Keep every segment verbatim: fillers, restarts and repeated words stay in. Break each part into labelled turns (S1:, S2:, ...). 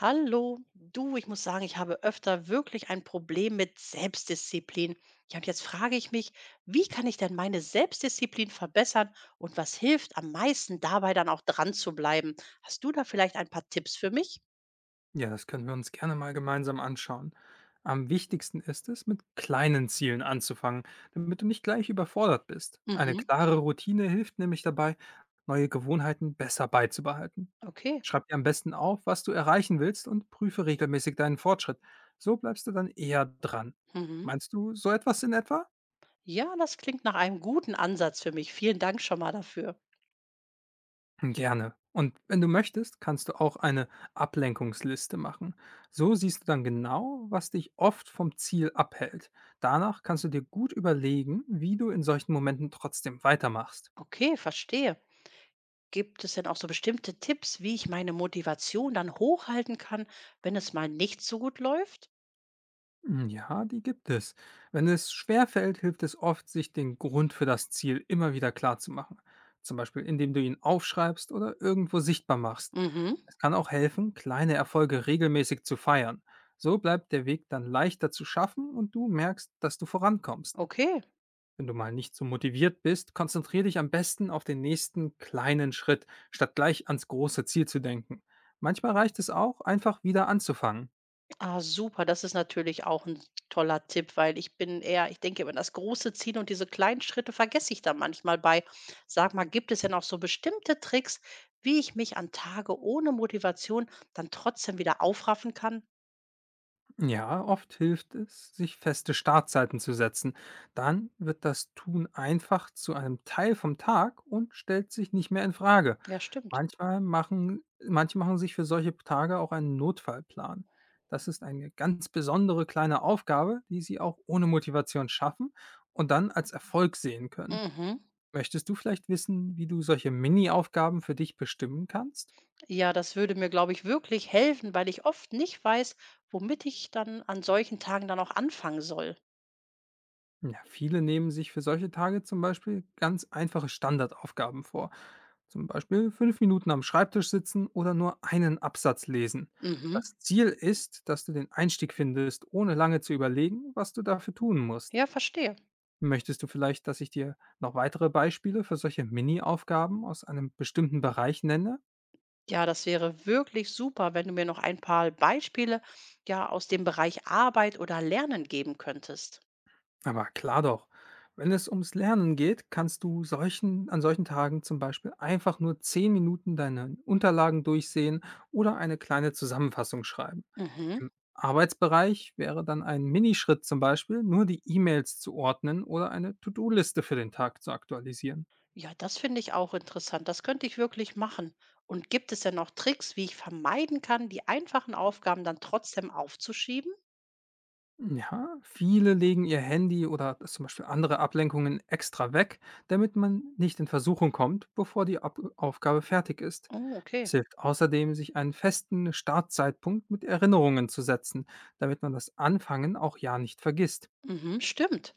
S1: Hallo, du, ich muss sagen, ich habe öfter wirklich ein Problem mit Selbstdisziplin. Ja, und jetzt frage ich mich, wie kann ich denn meine Selbstdisziplin verbessern und was hilft am meisten dabei dann auch dran zu bleiben? Hast du da vielleicht ein paar Tipps für mich?
S2: Ja, das können wir uns gerne mal gemeinsam anschauen. Am wichtigsten ist es, mit kleinen Zielen anzufangen, damit du nicht gleich überfordert bist. Eine
S1: Mhm,
S2: klare Routine hilft nämlich dabei, neue Gewohnheiten besser beizubehalten.
S1: okay.
S2: Schreib dir am besten auf, was du erreichen willst und prüfe regelmäßig deinen Fortschritt. So bleibst du dann eher dran.
S1: Mhm.
S2: Meinst du so etwas in etwa?
S1: Ja, das klingt nach einem guten Ansatz für mich. Vielen Dank schon mal dafür.
S2: Gerne. Und wenn du möchtest, kannst du auch eine Ablenkungsliste machen. So siehst du dann genau, was dich oft vom Ziel abhält. Danach kannst du dir gut überlegen, wie du in solchen Momenten trotzdem weitermachst.
S1: Okay, verstehe. Gibt es denn auch so bestimmte Tipps, wie ich meine Motivation dann hochhalten kann, wenn es mal nicht so gut läuft?
S2: Hm, ja, die gibt es. Wenn es schwerfällt, hilft es oft, sich den Grund für das Ziel immer wieder klar zu machen. Zum Beispiel, indem du ihn aufschreibst oder irgendwo sichtbar machst.
S1: Mhm,
S2: Es kann auch helfen, kleine Erfolge regelmäßig zu feiern. So bleibt der Weg dann leichter zu schaffen und du merkst, dass du vorankommst.
S1: okay.
S2: Wenn du mal nicht so motiviert bist, konzentriere dich am besten auf den nächsten kleinen Schritt, statt gleich ans große Ziel zu denken. Manchmal reicht es auch, einfach wieder anzufangen.
S1: Ah, super, das ist natürlich auch ein toller Tipp, weil ich bin eher ich denke über das große Ziel und diese kleinen Schritte vergesse ich da manchmal bei. Sag mal, gibt es denn auch so bestimmte Tricks, wie ich mich an Tage ohne Motivation dann trotzdem wieder aufraffen kann?
S2: Ja, oft hilft es, sich feste Startzeiten zu setzen. Dann wird das Tun einfach zu einem Teil vom Tag und stellt sich nicht mehr in Frage.
S1: Ja, stimmt.
S2: Manchmal machen, manche machen sich für solche Tage auch einen Notfallplan. Das ist eine ganz besondere kleine Aufgabe, die sie auch ohne Motivation schaffen und dann als Erfolg sehen können.
S1: Mhm.
S2: Möchtest du vielleicht wissen, wie du solche Mini-Aufgaben für dich bestimmen kannst?
S1: Ja, das würde mir, glaube ich, wirklich helfen, weil ich oft nicht weiß, womit ich dann an solchen Tagen dann auch anfangen soll.
S2: Ja, viele nehmen sich für solche Tage zum Beispiel ganz einfache Standardaufgaben vor. Zum Beispiel fünf Minuten am Schreibtisch sitzen oder nur einen Absatz lesen.
S1: Mhm.
S2: Das Ziel ist, dass du den Einstieg findest, ohne lange zu überlegen, was du dafür tun musst.
S1: Ja, verstehe.
S2: Möchtest du vielleicht, dass ich dir noch weitere Beispiele für solche Mini-Aufgaben aus einem bestimmten Bereich nenne?
S1: Ja, das wäre wirklich super, wenn du mir noch ein paar Beispiele ja aus dem Bereich Arbeit oder Lernen geben könntest.
S2: Aber klar doch. Wenn es ums Lernen geht, kannst du solchen, an solchen Tagen zum Beispiel einfach nur zehn Minuten deine Unterlagen durchsehen oder eine kleine Zusammenfassung schreiben.
S1: Mhm.
S2: Im Arbeitsbereich wäre dann ein Minischritt zum Beispiel, nur die E-Mails zu ordnen oder eine To-Do-Liste für den Tag zu aktualisieren.
S1: Ja, das finde ich auch interessant. Das könnte ich wirklich machen. Und gibt es denn noch Tricks, wie ich vermeiden kann, die einfachen Aufgaben dann trotzdem aufzuschieben?
S2: Ja, viele legen ihr Handy oder zum Beispiel andere Ablenkungen extra weg, damit man nicht in Versuchung kommt, bevor die Ab Aufgabe fertig ist.
S1: Oh,
S2: Es
S1: okay.
S2: hilft außerdem, sich einen festen Startzeitpunkt mit Erinnerungen zu setzen, damit man das Anfangen auch ja nicht vergisst.
S1: Mhm, stimmt.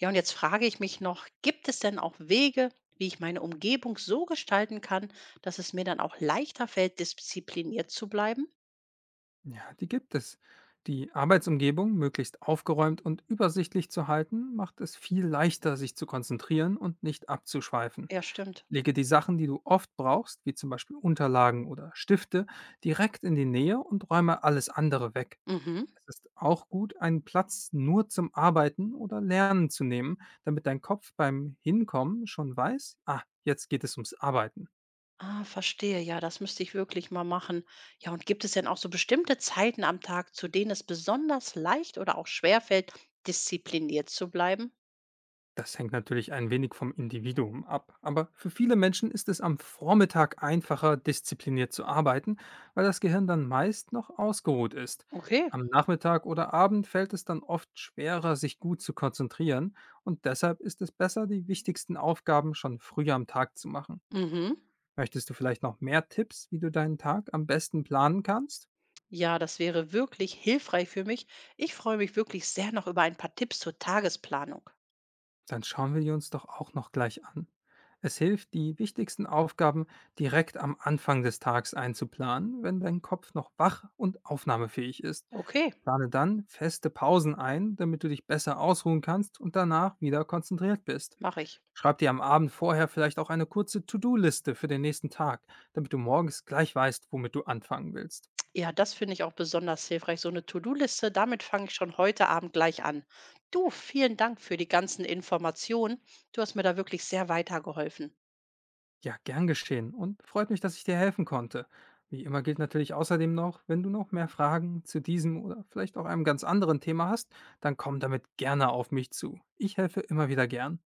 S1: Ja, und jetzt frage ich mich noch, gibt es denn auch Wege, wie ich meine Umgebung so gestalten kann, dass es mir dann auch leichter fällt, diszipliniert zu bleiben?
S2: Ja, die gibt es. Die Arbeitsumgebung möglichst aufgeräumt und übersichtlich zu halten, macht es viel leichter, sich zu konzentrieren und nicht abzuschweifen.
S1: Ja, stimmt.
S2: Lege die Sachen, die du oft brauchst, wie zum Beispiel Unterlagen oder Stifte, direkt in die Nähe und räume alles andere weg.
S1: Mhm.
S2: Es ist auch gut, einen Platz nur zum Arbeiten oder Lernen zu nehmen, damit dein Kopf beim Hinkommen schon weiß, ah, jetzt geht es ums Arbeiten.
S1: Ah, verstehe. Ja, das müsste ich wirklich mal machen. Ja, und gibt es denn auch so bestimmte Zeiten am Tag, zu denen es besonders leicht oder auch schwer fällt, diszipliniert zu bleiben?
S2: Das hängt natürlich ein wenig vom Individuum ab, aber für viele Menschen ist es am Vormittag einfacher, diszipliniert zu arbeiten, weil das Gehirn dann meist noch ausgeruht ist.
S1: Okay.
S2: Am Nachmittag oder Abend fällt es dann oft schwerer, sich gut zu konzentrieren und deshalb ist es besser, die wichtigsten Aufgaben schon früher am Tag zu machen.
S1: Mhm.
S2: Möchtest du vielleicht noch mehr Tipps, wie du deinen Tag am besten planen kannst?
S1: Ja, das wäre wirklich hilfreich für mich. Ich freue mich wirklich sehr noch über ein paar Tipps zur Tagesplanung.
S2: Dann schauen wir die uns doch auch noch gleich an. Es hilft, die wichtigsten Aufgaben direkt am Anfang des Tages einzuplanen, wenn dein Kopf noch wach und aufnahmefähig ist.
S1: Okay,
S2: Plane dann feste Pausen ein, damit du dich besser ausruhen kannst und danach wieder konzentriert bist.
S1: mache ich.
S2: Schreib dir am Abend vorher vielleicht auch eine kurze To-Do-Liste für den nächsten Tag, damit du morgens gleich weißt, womit du anfangen willst.
S1: Ja, das finde ich auch besonders hilfreich. So eine To-Do-Liste, damit fange ich schon heute Abend gleich an. Du, vielen Dank für die ganzen Informationen. Du hast mir da wirklich sehr weitergeholfen.
S2: Ja, gern geschehen und freut mich, dass ich dir helfen konnte. Wie immer gilt natürlich außerdem noch, wenn du noch mehr Fragen zu diesem oder vielleicht auch einem ganz anderen Thema hast, dann komm damit gerne auf mich zu. Ich helfe immer wieder gern.